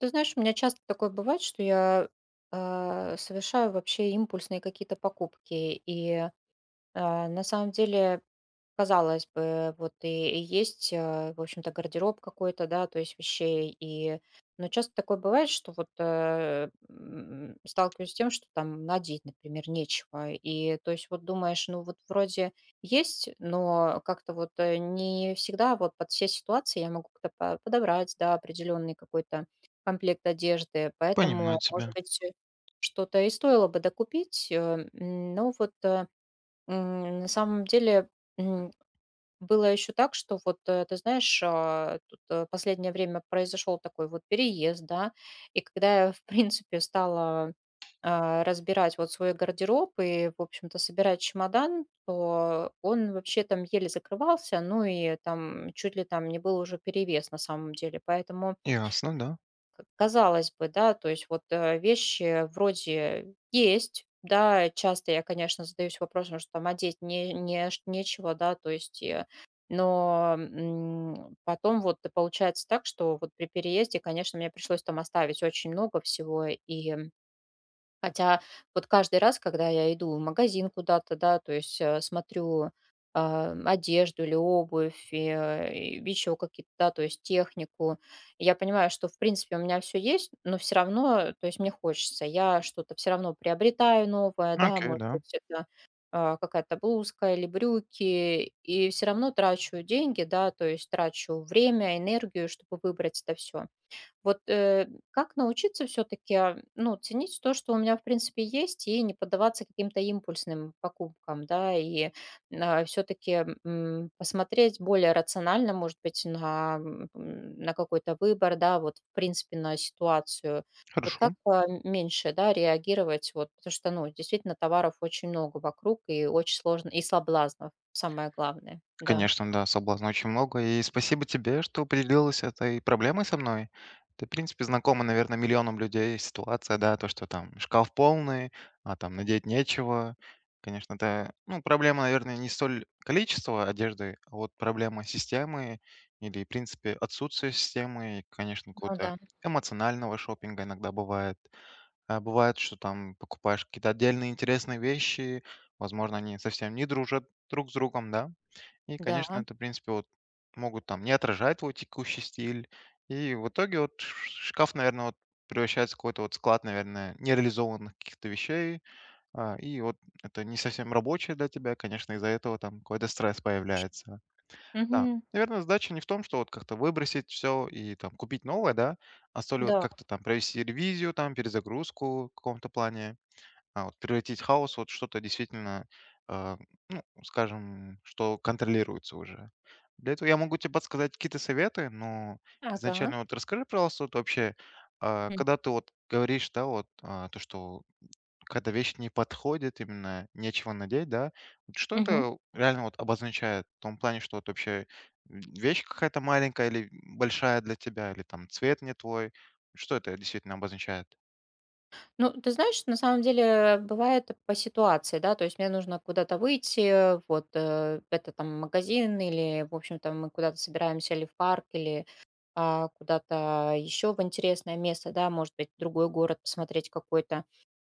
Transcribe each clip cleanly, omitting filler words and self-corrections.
Ты знаешь, у меня часто такое бывает, что совершаю вообще импульсные какие-то покупки. И, на самом деле казалось бы, вот и есть, в общем-то, гардероб какой-то, да, то есть вещей. Но часто такое бывает, что сталкиваюсь с тем, что там надеть, например, нечего. И то есть вот думаешь, ну вот вроде есть, но как-то не всегда вот под все ситуации я могу как-то подобрать, да, определенный какой-то комплект одежды. Понимаю Поэтому, может тебя. быть, что-то и стоило бы докупить, м, но вот э, на самом деле было еще так, что ты знаешь, тут, последнее время произошел такой вот переезд, да, и когда я, в принципе, стала разбирать вот свой гардероб и, в общем-то, собирать чемодан, то он вообще там еле закрывался, ну и там чуть ли там не был уже перевес на самом деле. Поэтому Ясно, да. к казалось бы, да, то есть вещи вроде есть. Да, часто я, конечно, задаюсь вопросом, что там одеть не не ш нечего, да, то есть, получается так, что вот при переезде, конечно, мне пришлось там оставить очень много всего. И хотя вот каждый раз, когда я иду в магазин куда-то, да, то есть смотрю одежду или обувь, и еще какие-то, да, то есть технику, я понимаю, что, в принципе, у меня все есть, но все равно, то есть мне хочется, я что-то все равно приобретаю новое, да, Окей, может да. быть, это какая-то блузка или брюки, и все равно трачу деньги, да, то есть трачу время, энергию, чтобы выбрать это все. Как научиться все таки ну, ценить то, что у меня, в принципе, есть, и не поддаваться каким-то импульсным покупкам, да, и, все таки посмотреть более рационально, может быть, на какой-то выбор, да, вот, в принципе, на ситуацию. Хорошо. Меньше, да, реагировать, вот, потому что, ну, действительно, товаров очень много вокруг, и очень сложно, и соблазнов, самое главное. Да, Конечно, да, соблазна очень много. И спасибо тебе, что поделилась этой проблемой со мной. Ты, в принципе, знакома, наверное, миллионам людей ситуация, да, то, что там шкаф полный, а там надеть нечего. Конечно, это, ну, проблема, наверное, не столь количество одежды, а вот проблема системы или, в принципе, отсутствие системы, и, конечно, ну какого-то да, эмоционального шопинга иногда бывает. А бывает, что там покупаешь какие-то отдельные интересные вещи, возможно, они совсем не дружат друг с другом, да. И, да, конечно, это, в принципе, вот могут там не отражать твой текущий стиль. И в итоге вот шкаф, наверное, вот превращается в какой-то вот склад, наверное, нереализованных каких-то вещей. И вот это не совсем рабочее для тебя, конечно, из-за этого там какой-то стресс появляется. Да, мгм, наверное, задача не в том, что вот как-то выбросить все и там купить новое, да, а то ли вот да, как-то там провести ревизию, там перезагрузку в каком-то плане, вот превратить хаос вот в что-то действительно, а, ну, скажем, что контролируется уже. Для этого я могу тебе подсказать какие-то советы, но ага, изначально вот расскажи, пожалуйста, вот вообще, когда ты вот говоришь, да, вот, то, что когда вещь не подходит, именно нечего надеть, да. Вот что мгм. это реально вот обозначает? В том плане, что вот вообще вещь какая-то маленькая или большая для тебя, или там цвет не твой. Что это действительно обозначает? Ну, ты знаешь, на самом деле бывает по ситуации, да, то есть мне нужно куда-то выйти, это там магазин или, в общем-то, мы куда-то собираемся или в парк, или куда-то еще в интересное место, да, может быть, другой город посмотреть какой-то.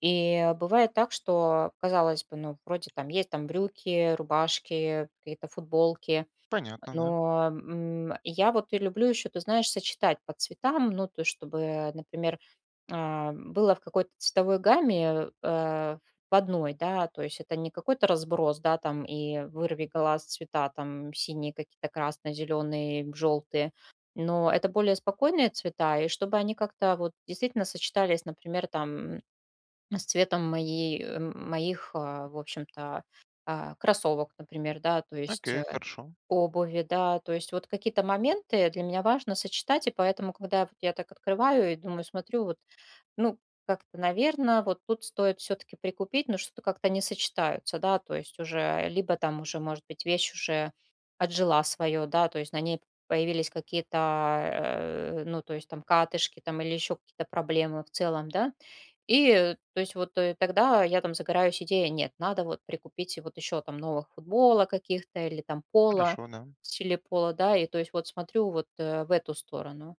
И бывает так, что, казалось бы, ну, вроде там есть там брюки, рубашки, какие-то футболки, Понятно, да. Я вот и люблю еще, ты знаешь, сочетать по цветам, ну, то, есть чтобы, например, было в какой-то цветовой гамме, в одной, да, то есть это не какой-то разброс, да, там и вырви глаз цвета, там синие какие-то, красные, зеленые, желтые, но это более спокойные цвета, и чтобы они как-то вот действительно сочетались, например, там с цветом моих, в общем-то, кроссовок, например, да, то есть Окей, э, хорошо. обуви, да, то есть вот какие-то моменты для меня важно сочетать, и поэтому, когда вот я так открываю и думаю, смотрю, вот ну, как-то, наверное, вот тут стоит все таки прикупить, но что-то как-то не сочетаются, да, то есть уже либо там уже, может быть, вещь уже отжила свое, да, то есть на ней появились какие-то, ну, то есть там катышки там или еще какие-то проблемы в целом, да. То есть тогда я там загораюсь идеей: нет, надо вот прикупить и вот еще там новых футбола каких-то или там пола, Хорошо, да. в стиле поло, да, и то есть вот смотрю в эту сторону.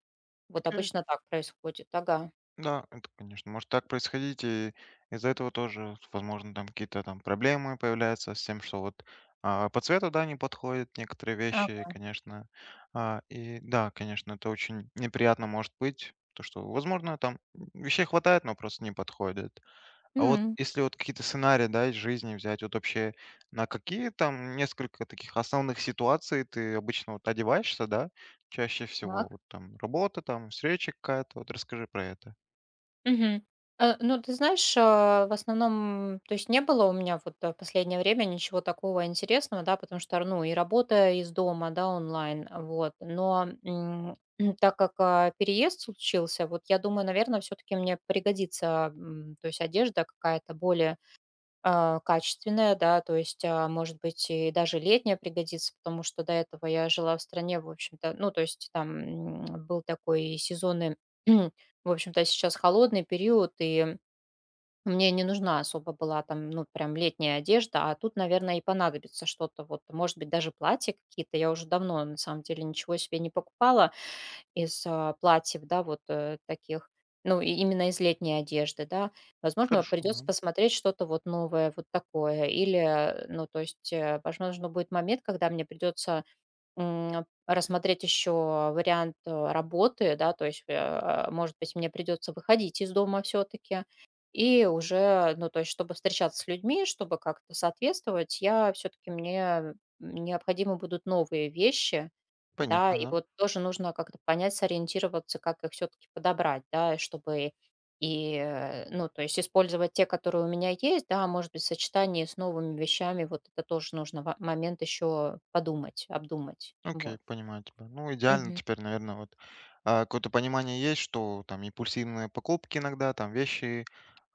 Вот Окей. обычно так происходит. Ага. Да, это, конечно, может так происходить, и из-за этого тоже, возможно, там какие-то там проблемы появляются с тем, что вот по цвету, да, не подходят некоторые вещи, конечно. И да, конечно, это очень неприятно может быть, то что, возможно, там вещей хватает, но просто не подходит. А вот М. если вот какие-то сценарии, да, из жизни взять, вот вообще на какие там несколько таких основных ситуаций ты обычно вот одеваешься, да, чаще всего, Так. вот там работа, там встреча какая-то, вот расскажи про это. Мгм. Ну, ты знаешь, в основном, то есть не было у меня в последнее время ничего такого интересного, да, потому что, ну, и работа из дома, да, онлайн, вот. Но так как переезд случился, вот я думаю, наверное, все-таки мне пригодится, то есть одежда какая-то более качественная, да, то есть, может быть, и даже летняя пригодится, потому что до этого я жила в стране, в общем-то, ну, то есть там был такой сезонный, в общем-то, сейчас холодный период, и мне не нужна особо была там, ну, прям летняя одежда, а тут, наверное, и понадобится что-то, вот, может быть, даже платье какие-то, я уже давно, на самом деле, ничего себе не покупала, из платьев, да, вот таких, ну, и именно из летней одежды, да. Возможно, Хорошо, да. придется посмотреть что-то вот новое, вот такое. Или ну, то есть, возможно, будет момент, когда мне придется рассмотреть еще вариант работы, да, то есть, может быть, мне придется выходить из дома все-таки. И уже, ну, то есть, чтобы встречаться с людьми, чтобы как-то соответствовать, я все-таки мне необходимы будут новые вещи, да, Понятно, и да. вот тоже нужно как-то понять, сориентироваться, как их все-таки подобрать, да, и чтобы ну, то есть использовать те, которые у меня есть, да, может быть, в сочетании с новыми вещами, вот это тоже нужно момент еще подумать, обдумать, Окей, вот. понимаю тебя. Ну, идеально Мгм. теперь, наверное, вот какое-то понимание есть, что там импульсивные покупки иногда, там вещи,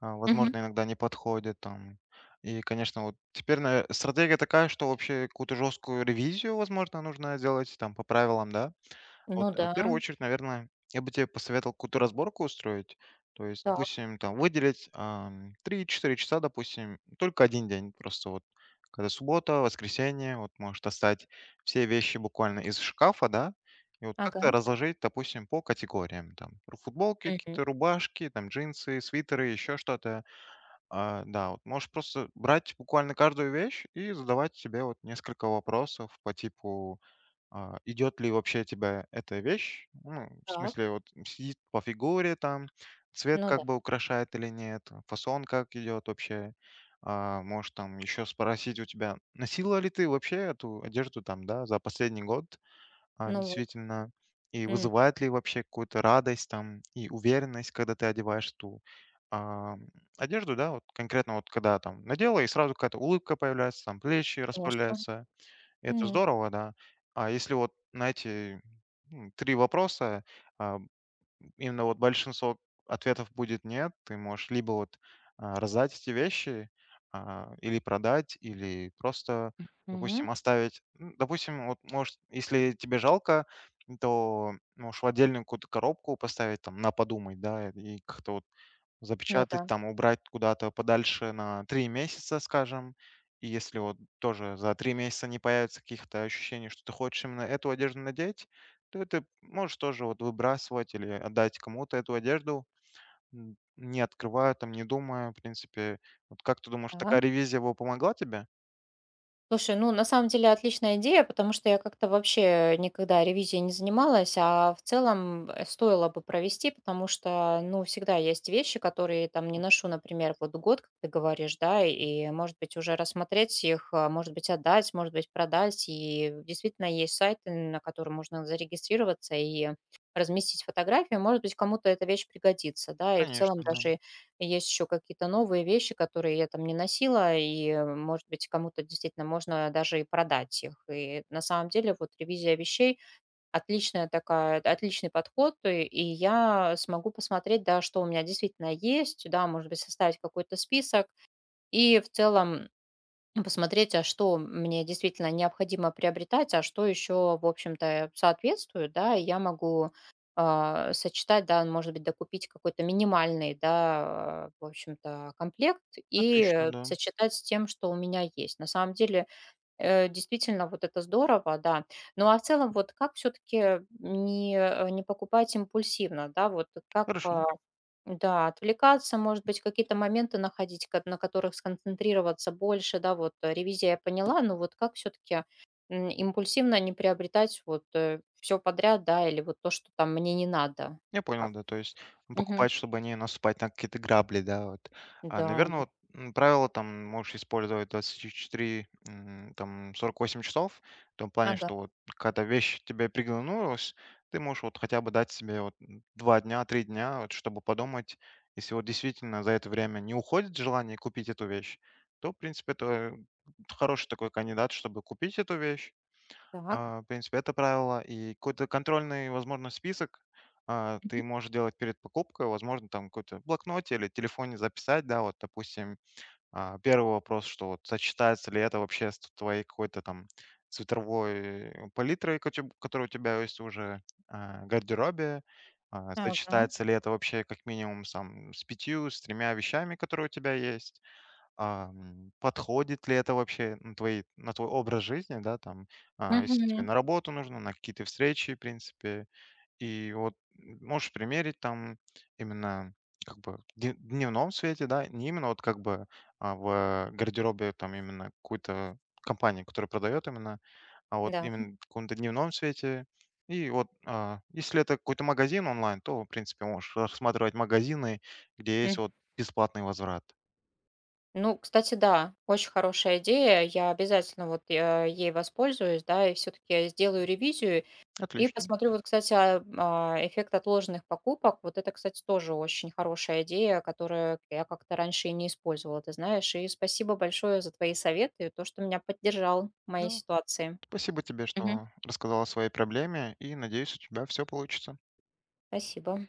Мгм. возможно, иногда не подходят там. И, конечно, вот теперь наверное, стратегия такая, что вообще какую-то жесткую ревизию, возможно, нужно делать там по правилам, да? Ну Вот, в да, первую очередь, наверное, я бы тебе посоветовал какую-то разборку устроить. То есть, так, допустим, там выделить, 3-4 часа, допустим, только один день. Просто вот когда суббота, воскресенье, вот можешь достать все вещи буквально из шкафа, да, и вот как-то ага, разложить, допустим, по категориям. Там футболки, мгм. какие-то рубашки, там джинсы, свитеры, еще что-то. А, да, вот можешь просто брать буквально каждую вещь и задавать себе вот несколько вопросов по типу идет ли вообще тебя эта вещь, ну, в Так, смысле, вот сидит по фигуре там, цвет ну да, как бы украшает или нет, фасон как идет вообще. А, может там еще спросить у тебя, носила ли ты вообще эту одежду там, да, за последний год, ну вот, действительно, и м, вызывает ли вообще какую-то радость там и уверенность, когда ты одеваешь ту а, одежду, да, вот конкретно вот когда там надела, и сразу какая-то улыбка появляется, там плечи конечно, расправляются, это м, здорово, да. А если вот, знаете, 3 вопроса, а, Именно вот большинство ответов будет нет. Ты можешь либо вот раздать эти вещи, или продать, или просто, м, допустим, оставить. Допустим, вот может, если тебе жалко, то можешь в отдельную какую-то коробку поставить, там, на подумай, да, и как-то вот ну запечатать, да, там, убрать куда-то подальше на 3 месяца, скажем. И если вот тоже за 3 месяца не появится каких-то ощущений, что ты хочешь именно эту одежду надеть, то ты можешь тоже вот выбрасывать или отдать кому-то эту одежду, не открывая, там, не думая, в принципе. Вот как ты думаешь, да. такая ревизия бы помогла тебе? Слушай, ну, на самом деле отличная идея, потому что я как-то вообще никогда ревизией не занималась, а в целом стоило бы провести, потому что, ну, всегда есть вещи, которые там не ношу, например, вот год, как ты говоришь, да, и, может быть, уже рассмотреть их, а, может быть, отдать, может быть, продать, и действительно есть сайты, на которые можно зарегистрироваться и разместить фотографию, может быть, кому-то эта вещь пригодится, да, и в Конечно, целом да. даже и есть еще какие-то новые вещи, которые я там не носила, и может быть, кому-то действительно можно даже и продать их. И на самом деле вот ревизия вещей отличная такая, отличный подход, и я смогу посмотреть, да, что у меня действительно есть, да, может быть, составить какой-то список и в целом посмотреть, а что мне действительно необходимо приобретать, а что еще, в общем-то, соответствует, да, и я могу сочетать, да, может быть, докупить какой-то минимальный, да, в общем-то, комплект и Отлично, э, да. сочетать с тем, что у меня есть. На самом деле, действительно, вот это здорово, да. Ну, а в целом, вот как все-таки не покупать импульсивно, да, вот как Хорошо. а, да, отвлекаться, может быть, какие-то моменты находить, на которых сконцентрироваться больше, да, ревизия я поняла, но вот как все-таки импульсивно не приобретать вот все подряд, да, или вот то, что там мне не надо. Я А, понял, да, то есть мгм. покупать, чтобы не наступать на какие-то грабли, да, вот. А, Да, наверное, вот правило там можешь использовать 24, там 48 часов, в том плане, ага, что вот когда вещь тебе приглянулась, ты можешь вот хотя бы дать себе вот 2 дня, 3 дня, вот, чтобы подумать, если вот действительно за это время не уходит желание купить эту вещь, то, в принципе, это хороший такой кандидат, чтобы купить эту вещь, так. В принципе, это правило. И какой-то контрольный, возможно, список ты Мгм. можешь делать перед покупкой. Возможно, там какой-то в блокноте или телефоне записать, да, вот, допустим, первый вопрос, что вот сочетается ли это вообще с твоей какой-то там цветовой палитрой, которая у тебя есть уже в гардеробе, Ага. сочетается ли это вообще как минимум сам с пятью, с тремя вещами, которые у тебя есть, подходит ли это вообще на твои на твой образ жизни, да, там, если тебе Мгм. на работу нужно, на какие-то встречи, в принципе. И вот можешь примерить там именно как бы в дневном свете, да, не именно вот как бы, в гардеробе там именно какой-то компании, которая продает именно, а вот Да. именно в каком-то дневном свете. И вот, если это какой-то магазин онлайн, то, в принципе, можешь рассматривать магазины, где есть Мгм. вот бесплатный возврат. Ну, кстати, да, очень хорошая идея. Я обязательно ей воспользуюсь, да, и все-таки сделаю ревизию и Отлично, посмотрю, вот, кстати, эффект отложенных покупок. Вот это, кстати, тоже очень хорошая идея, которую я как-то раньше и не использовала, ты знаешь. И спасибо большое за твои советы, и то, что меня поддержал в моей да. ситуации. Спасибо тебе, Мгм. что рассказала о своей проблеме, и надеюсь, у тебя все получится. Спасибо.